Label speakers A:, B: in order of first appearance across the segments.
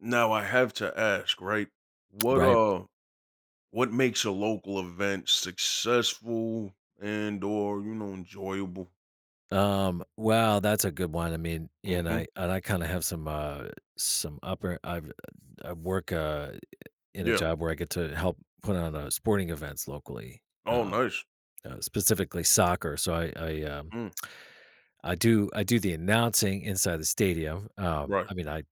A: Now I have to ask, right? What
B: Right.
A: uh what makes a local event successful and or enjoyable?
B: Wow, that's a good one. I mean, and
A: Mm-hmm.
B: I and I kind of have some. Some upper I've I work in a
A: Yeah.
B: job where I get to help put on sporting events locally.
A: Oh
B: Um
A: nice.
B: Specifically soccer. So I I um
A: Mm,
B: I do I do the announcing inside the stadium.
A: right.
B: I mean, I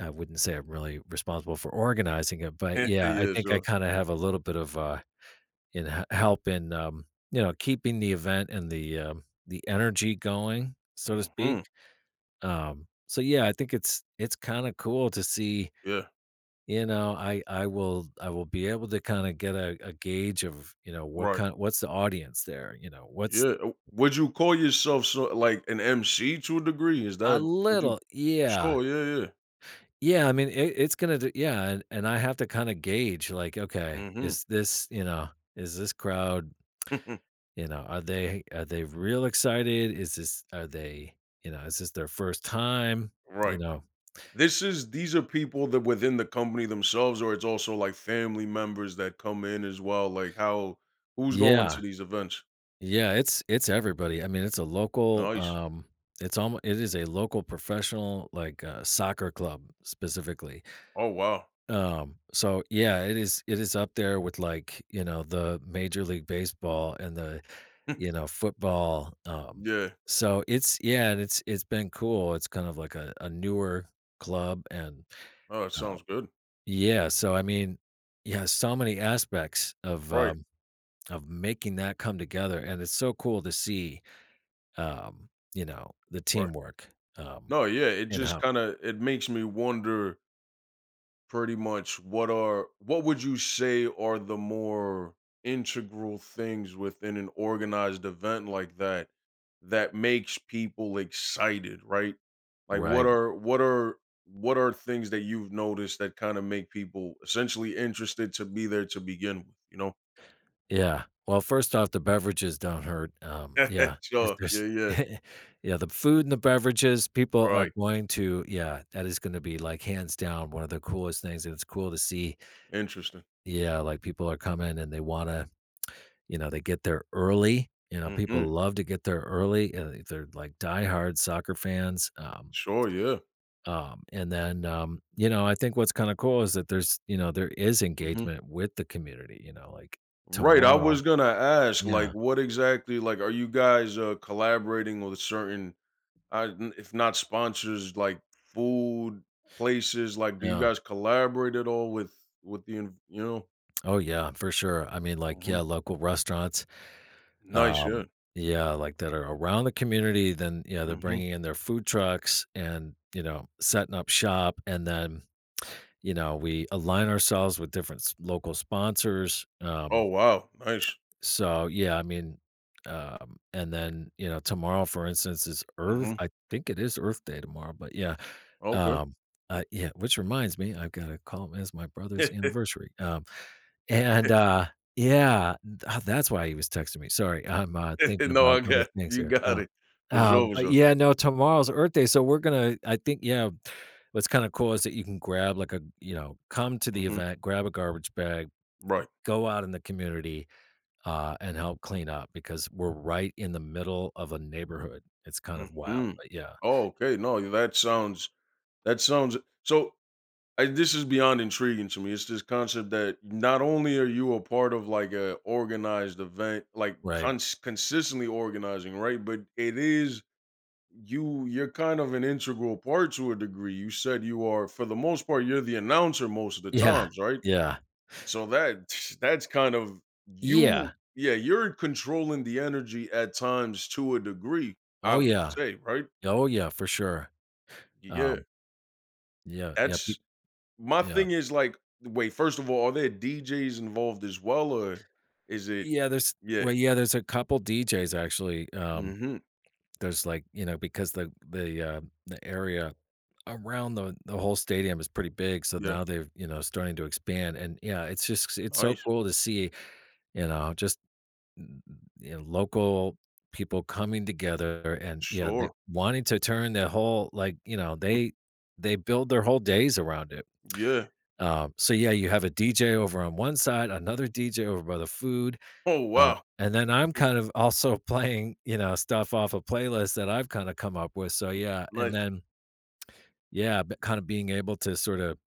B: I wouldn't say I'm really responsible for organizing it, but yeah, I
A: Yeah,
B: think I
A: sure.
B: kind of have a little bit of help in, you know, keeping the event and the energy going, so to
A: Hmm.
B: speak. So yeah, I think it's kind of cool to see,
A: Yeah.
B: you know, I will be able to kind of get a gauge of, you know,
A: Right.
B: what's the audience there, you know, what's
A: Yeah. Would you call yourself so like an MC to a degree? Is
B: a
A: that would you
B: little, yeah.
A: sure, yeah, yeah.
B: Yeah, I mean it's gonna do, yeah, and I have to kind of gauge like, okay,
A: Mm-hmm.
B: is this, you know, is this crowd, you know, are they real excited? Is this Are they, you know, is this their first time?
A: Right.
B: You know,
A: This is these are people that within the company themselves, or it's also like family members that come in as well. Like how who's going
B: yeah.
A: to these events?
B: Yeah, it's everybody. I mean, it's a local,
A: Nice.
B: it's almost, it is a local professional, like, soccer club specifically.
A: Oh wow.
B: So yeah, it is up there with, like, you know, the Major League Baseball and the, you know, football,
A: Yeah.
B: so it's, yeah, and it's been cool. It's kind of like a newer club, and
A: Oh, that
B: uh,
A: sounds good.
B: yeah, so I mean, yeah, so many aspects of,
A: Right.
B: of making that come together, and it's so cool to see, you know, the
A: Right.
B: teamwork, um,
A: No, yeah, it
B: and
A: just
B: how.
A: kind of it makes me wonder pretty much what would you say are the more integral things within an organized event like that that makes people excited, right? like what
B: Right,
A: are what are what are things that you've noticed that kind of make people essentially interested to be there to begin with?
B: yeah. Well, first off, the beverages don't hurt, yeah, if
A: Sure, yeah,
B: there's
A: yeah.
B: yeah, the food and the beverages, people are
A: Right,
B: going to. Yeah, that is gonna be, like, hands down one of the coolest things, and it's cool to see.
A: interesting.
B: Yeah, like, people are coming and they wanna, you know, they get there early. You know, people
A: Hmm.
B: love to get there early, and if they're, like, diehard soccer fans,
A: Sure, yeah.
B: And then, you know, I think what's kind of cool is that there's, you know, there is
A: Hmm.
B: engagement with the community, you know, like
A: Right. I
B: tomorrow.
A: was gonna ask, like,
B: Yeah.
A: what exactly, like, are you guys collaborating with certain, I n if not sponsors, like food places, like, do you
B: Yeah.
A: guys collaborate at all with the in you know?
B: Oh yeah, for sure. I mean, like,
A: Mhm.
B: yeah, local restaurants,
A: Nice, yeah.
B: um, yeah, like, that are around the community. Then, yeah, they're
A: Mhm.
B: bringing in their food trucks and, you know, setting up shop. And then, you know, we align ourselves with different local sponsors.
A: Oh, wow. Nice.
B: So, yeah, I mean, and then, you know, tomorrow, for instance, is Earth
A: Mhm.
B: I think it is Earth Day tomorrow, but yeah,
A: Okay.
B: um, yeah, which reminds me, I've got to call him, it's my brother's anniversary. And, uh, yeah, that's why he was texting me. Sorry, I'm, thinking
A: No,
B: about
A: I
B: other
A: got
B: things
A: you
B: here.
A: got it. For sure, for
B: But
A: sure.
B: yeah, no, tomorrow's Earth Day, so we're gonna, I think, yeah, what's kinda cool is that you can grab like a, you know, come to the
A: Mhm.
B: event, grab a garbage bag,
A: Right.
B: go out in the community and help clean up because we're right in the middle of a neighborhood. It's kind of wild,
A: Mhm.
B: but yeah,
A: Oh, okay. No, that sounds, that sounds so I, this is beyond intriguing to me. It's this concept that not only are you a part of like a organized event, like
B: right.
A: consistently organizing, right? But it is you. You're kind of an integral part to a degree. You said you are, for the most part, you're the announcer most of the
B: Yeah,
A: times, right?
B: yeah,
A: So that that's kind of you.
B: yeah.
A: Yeah, you're controlling the energy at times to a degree. I
B: Oh
A: would
B: yeah,
A: say, right?
B: oh yeah, for sure.
A: Yeah,
B: Um, yeah, yeah,
A: that's
B: peop
A: my
B: yeah,
A: thing is like, wait, first of all, are there DJs involved as well, or is it?
B: yeah. There's
A: Yeah.
B: Well, yeah, there's a couple DJs, actually.
A: Mhm.
B: There's, like, you know, because the area around the whole stadium is pretty big, so
A: Yeah.
B: now they're, you know, starting to expand, and yeah, it's just it's so
A: Nice.
B: cool to see, you know, just n- you know, local people coming together, and yeah, they
A: Sure.
B: wanting to turn their whole, like, you know, they build their whole days around it.
A: Yeah.
B: So yeah, you have a DJ over on one side, another DJ over by the food,
A: Oh, wow.
B: and then I'm kind of also playing, you know, stuff off a playlist that I've kind of come up with. So yeah, and
A: Nice.
B: then yeah, but kind of being able to sort of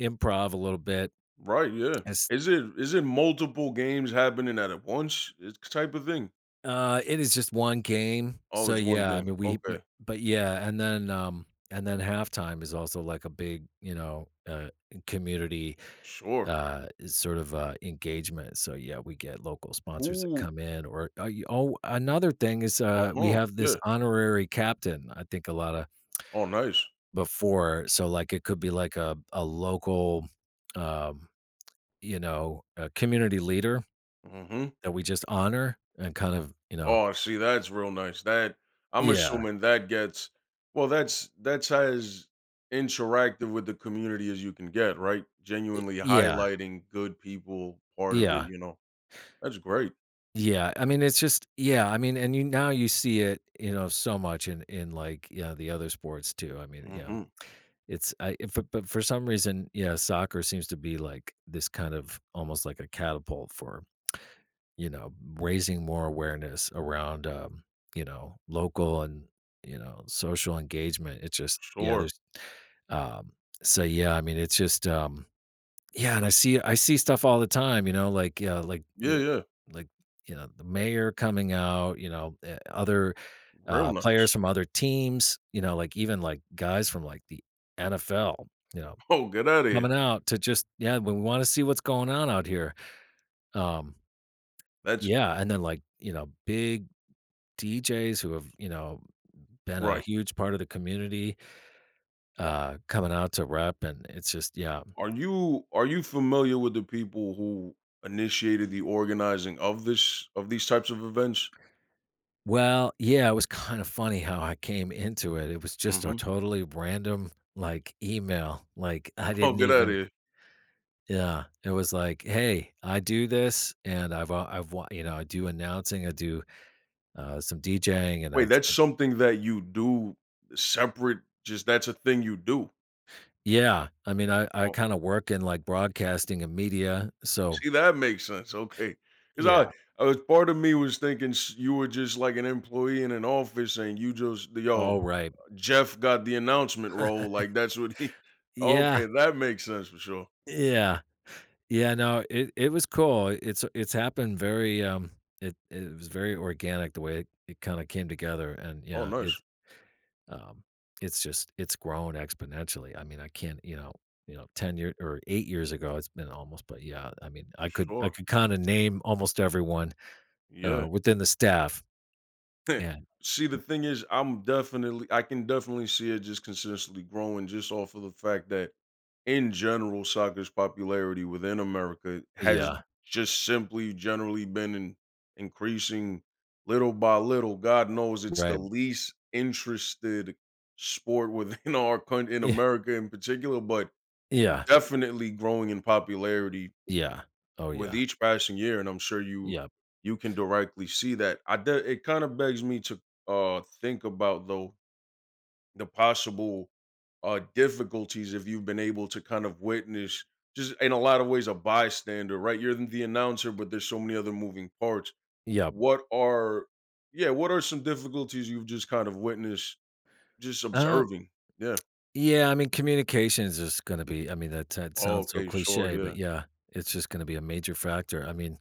B: improv a little bit.
A: Right, yeah. Is it multiple games happening at once? It's type of thing?
B: It is just one game.
A: Oh,
B: So,
A: it's one
B: yeah, I
A: game.
B: mean,
A: Okay.
B: yeah, and then halftime is also, like, a big, you know, community,
A: Sure.
B: sort of, engagement. So, yeah, we get local sponsors that
A: Who,
B: come in, or you oh, another thing is, we
A: uh-huh.
B: have this
A: Yeah.
B: honorary captain, I think a lot of
A: Oh, nice.
B: before, so, like, it could be, like, a local, um, you know, a community leader
A: Mhm.
B: that we just honor and kind of, you know.
A: Oh, see, that's real nice. That, I'm
B: Yeah.
A: assuming that gets, well, that's as interactive with the community as you can get, right? Genuinely
B: Yeah.
A: highlighting good people part of it,
B: Yeah.
A: you know. That's great.
B: Yeah. I mean, it's just, yeah, I mean, and you now you see it, you know, so much in, like, yeah, the other sports too. I mean, yeah.
A: Hmm.
B: It's I if, But for some reason, yeah, soccer seems to be like this kind of almost like a catapult for, you know, raising more awareness around, you know, local and, you know, social engagement. It's just, yeah,
A: Sure.
B: there's, um so yeah, I mean, it's just, yeah, and I see stuff all the time, you know, like, yeah, like,
A: Yeah,
B: yeah,
A: yeah.
B: like, you know, the mayor coming out, you know, other,
A: Real nice.
B: players from other teams, you know, like, even, like, guys from, like, the NFL, you know,
A: Oh, get out of
B: coming
A: here.
B: out to just, "Yeah, we wanna see what's going on out here." Um,
A: That's
B: yeah, and then, like, you know, big DJs who have, you know, been a
A: right.
B: huge part of the community, coming out to rep, and it's just, yeah.
A: Are you familiar with the people who initiated the organizing of this of these types of events?
B: Well, yeah, it was kind of funny how I came into it. It was just a
A: Hmm.
B: totally random, like, email. Like, I
A: Oh,
B: didn't
A: get out of
B: even,
A: here.
B: yeah, it was like, "Hey, I do this, and I've wa—" you know, I do announcing, I do, some DJing, and I
A: Wait,
B: d
A: that's
B: I"
A: something that you do separate, just that's a thing you do?
B: Yeah, I mean, I
A: Oh,
B: kinda work in, like, broadcasting and media, so
A: see, that makes sense. Okay, because
B: yeah.
A: I was part of me was thinking s you were just like an employee in an office and you just, "Yo,
B: All right,
A: Jeff got the announcement role," like, that's what he Okay,
B: yeah,
A: that makes sense for sure.
B: yeah. Yeah, no, it was cool. It's happened very, it was very organic the way it kind of came together, and
A: Oh,
B: yeah,
A: nice.
B: it's, um it's just it's grown exponentially. I mean, I can't, you know, 10 years or 8 years ago, it's been almost, but yeah, I mean, I could I
A: Sure.
B: could kind of name almost everyone
A: Yeah.
B: within the staff, and
A: See, the thing is, I can definitely see it just consistently growing just off of the fact that in general, soccer's popularity within America has
B: yeah,
A: just simply generally been increasing little by little. God knows it's the
B: right.
A: least interested sport within our country, in
B: Yeah.
A: America in particular, but
B: Yeah.
A: definitely growing in popularity
B: Yeah. Oh
A: with
B: yeah.
A: each passing year. And I'm sure you,
B: Yeah.
A: you can directly see that. It kind of begs me to think about, though, the possible difficulties. If you've been able to kind of witness, just in a lot of ways a bystander, right, you're the announcer but there's so many other moving parts,
B: Yeah.
A: what are yeah what are some difficulties you've just kind of witnessed, just
B: Um
A: observing, yeah?
B: Yeah, I mean, communications is gonna be— I mean, that
A: Oh,
B: sounds so
A: okay, sure,
B: cliche,
A: yeah.
B: but yeah, it's just gonna be a major factor. I mean,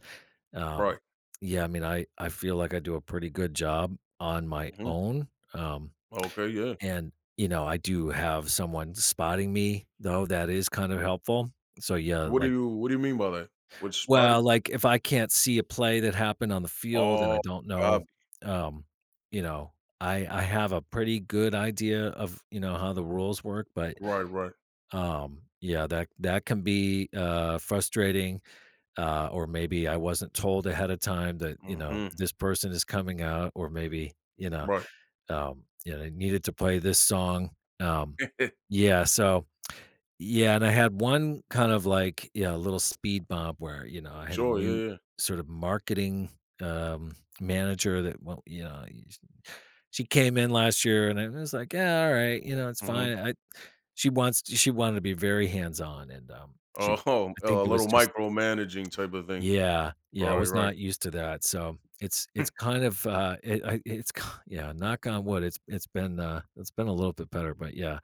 B: um,
A: Right.
B: yeah, I mean, I feel like I do a pretty good job on my
A: Hmm.
B: own, um,
A: Okay, yeah.
B: and, you know, I do have someone spotting me, though, that is kind of helpful. So, yeah,
A: what do
B: like,
A: you what do you mean by that with spotting?
B: well, like, if I can't see a play that happened on the field and
A: Oh,
B: I don't
A: God.
B: know, um, you know, I have a pretty good idea of, you know, how the rules work, but
A: Right, right.
B: yeah, that can be, frustrating, or maybe I wasn't told ahead of time that, you know,
A: Hmm.
B: this person is coming out, or maybe,
A: Right.
B: you know, I needed to play this song. Yeah, so yeah, and I had one kind of like, yeah, a little speed bump where, you know, I had a
A: Sure,
B: new
A: yeah, yeah.
B: sort of marketing, um, manager that, well, you know, she came in last year and I was like, yeah, all right, you know, it's
A: Hmm.
B: fine. She wanted to be very hands-on, and, she
A: Oh,
B: I think
A: a
B: it was
A: little
B: just—
A: micromanaging type of thing.
B: Yeah, yeah, I
A: Right,
B: was
A: right.
B: not used to that, so it's kind of, it I it's ki yeah, knock on wood, it's been, it's been a little bit better, but yeah,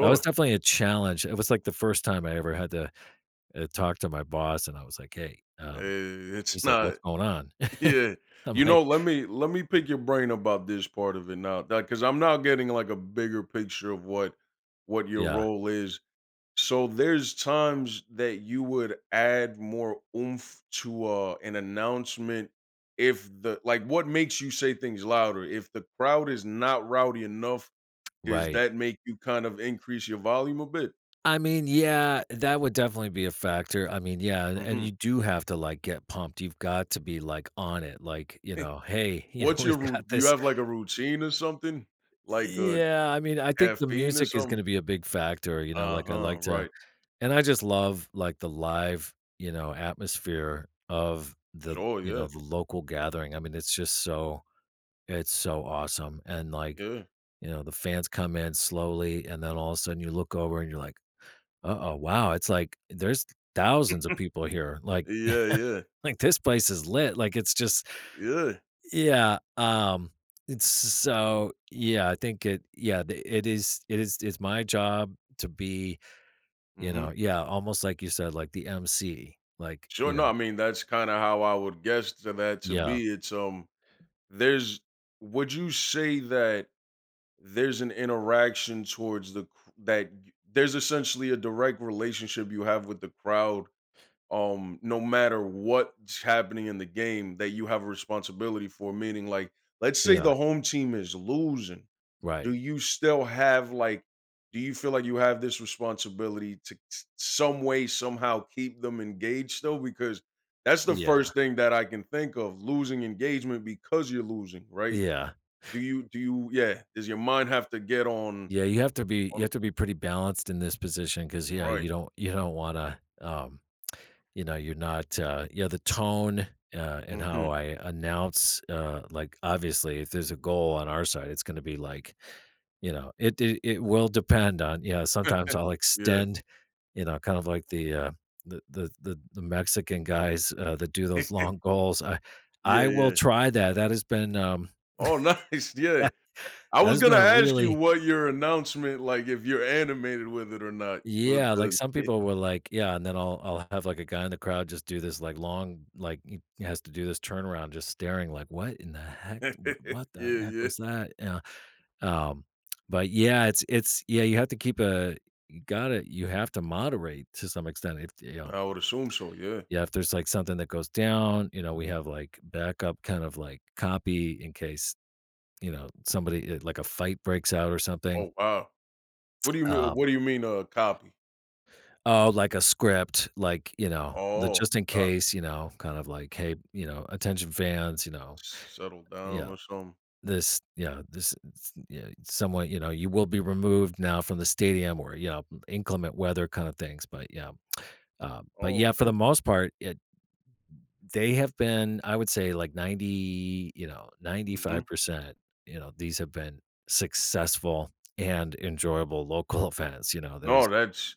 B: that was definitely a challenge. It was, like, the first time I ever had to, talk to my boss, and I was like, "Hey,"
A: Eh, it's
B: he's like,
A: not,
B: "What's going on?"
A: yeah.
B: I'm
A: You know,
B: like,
A: let me pick your brain about this part of it now, cuz I'm now getting like a bigger picture of what your
B: "Yeah,
A: role is. So there's times that you would add more oomph to an announcement if the, like what makes you say things louder? If the crowd is not rowdy enough, does
B: right."
A: that make you kind of increase your volume a bit?
B: I mean, yeah, that would definitely be a factor. I mean, yeah, and
A: Hmm.
B: you do have to, like, get pumped. You've got to be, like, on it, like, you know, "Hey, you know,
A: What's your
B: we've
A: rout
B: got
A: do you
B: this."
A: have, like, a routine or something? Like,
B: Yeah, I mean, I think the
A: caffeine or
B: music is
A: something?
B: gonna be a big factor, you know, like, I
A: Uh-huh,
B: like to,
A: right.
B: and I just love, like, the live, you know, atmosphere of the
A: Sure,
B: you
A: yeah,
B: know, the local gathering. I mean, it's just so it's so awesome, and, like,
A: yeah.
B: you know, the fans come in slowly, and then all of a sudden you look over and you're like, uh-oh, wow, it's like, there's thousands of people here, like,
A: Yeah, yeah,
B: like, this place is lit, like, it's just,
A: yeah.
B: yeah, it's so, yeah, I think it, yeah, the it is it's my job to be, you
A: Mhm.
B: know, yeah, almost like you said, like, the MC, like,
A: Sure,
B: you
A: no,
B: know,
A: I mean, that's kinda how I would guess to that to
B: yeah,
A: be. It's, there's, would you say that there's an interaction towards the cr that y there's essentially a direct relationship you have with the crowd, no matter what's happening in the game, that you have a responsibility for. Meaning, like, let's say
B: yeah,
A: the home team is losing.
B: right,
A: Do you still have, like, do you feel like you have this responsibility to some way, somehow keep them engaged still? Because that's the
B: yeah,
A: first thing that I can think of, losing engagement because you're losing, right?
B: yeah,
A: Does your mind have to get on,
B: yeah, you have to be you have
A: on,
B: to be pretty balanced in this position because yeah,
A: right?
B: you don't wanna, you know, you're not, you the tone, and
A: Hmm.
B: how I announce, like, obviously, if there's a goal on our side, it's going to be like, you know, it will depend on, yeah, sometimes I'll
A: Yeah.
B: extend, you know, kind of like the, the Mexican guys that do those long goals. I
A: Yeah.
B: I will
A: Yeah.
B: try that, that has been,
A: Oh, nice. Yeah.
B: that
A: I was
B: has
A: gonna
B: been a
A: ask you
B: really—
A: what your announcement, like, if you're animated with it or not, with
B: Yeah, like,
A: the
B: some people were like, yeah, and then I'll have, like, a guy in the crowd just do this, like, long, like, he has to do this turnaround just staring like, "What in the heck? Wh What the
A: Yeah,
B: heck
A: yeah.
B: was that?" Yeah, um, but yeah, it's yeah, you gotta, you have to moderate to some extent if, you know,
A: I would assume so, yeah.
B: yeah, if there's, like, something that goes down, you know, we have, like, backup kind of, like, copy in case, you know, somebody, like, a fight breaks out or something,
A: Oh, wow. What do you mean
B: um
A: what do you mean, copy?
B: oh, like a script, like, you know, the
A: Oh,
B: just in
A: uh,
B: case, you know, kind of like, "Hey, you know, attention fans, you know,
A: settle down
B: yeah,
A: or something.
B: yeah, this s yeah, someone, you know, you will be removed now from the stadium, or, you know, inclement weather kind of things," but
A: Oh,
B: yeah, for the
A: okay.
B: most part, it they have been, I would say, like, 90, you know,
A: Mhm.
B: 95%, you know, these have been successful and enjoyable local events, you know, that
A: No,
B: is,
A: that's,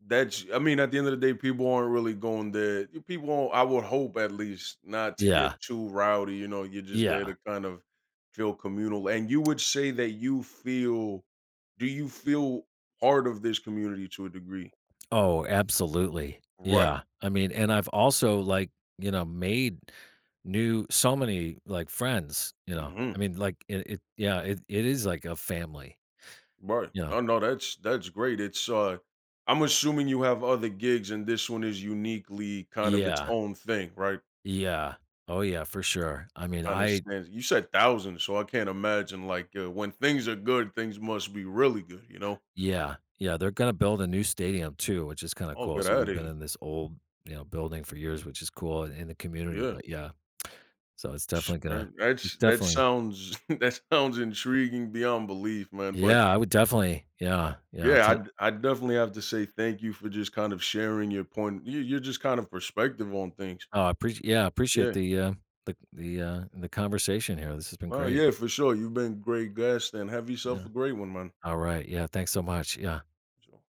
A: I mean, at the end of the day, people aren't really going there. People aren't, I would hope at least, not to
B: yeah,
A: get too rowdy. You know, you're just there to
B: yeah.
A: kind of feel communal. And you would say that you feel, do you feel part of this community to a degree?
B: Oh, absolutely.
A: Right.
B: Yeah. I mean, and I've also, like, you know, made new so many, like, friends, you know.
A: Hmm.
B: I mean, like, it yeah, it is like a family,
A: Right.
B: you know.
A: Oh no, that's great. It's I'm assuming you have other gigs, and this one is uniquely kind of its
B: Yeah.
A: own thing, right?
B: Yeah. Oh yeah, for sure. I mean,
A: Kinda
B: I
A: stands, you said thousands, so I can't imagine, like, when things are good, things must be really good, you know?
B: yeah, yeah, they're gonna build a new stadium too, which is kind of
A: Oh,
B: cool.
A: get
B: So
A: out
B: we've
A: of
B: been
A: here.
B: in this old, you know, building for years, which is cool in the community.
A: Yeah.
B: But yeah. So it's
A: Sh-
B: definitely gonna,
A: Man,
B: it's
A: that's, that
B: definitely
A: sounds that sounds intriguing beyond belief, man, but
B: yeah, I would definitely, yeah, yeah, ta
A: yeah, I definitely have to say thank you for just kind of sharing your point you, you're just kind of perspective on things.
B: oh, I appreciate yeah, I appreciate
A: Yeah.
B: the, the conversation here. This has been
A: No,
B: great.
A: yeah, for sure, you've been great guest, and have yourself
B: Yeah.
A: a great one, man.
B: Alright, yeah, thanks so much. Yeah.
A: So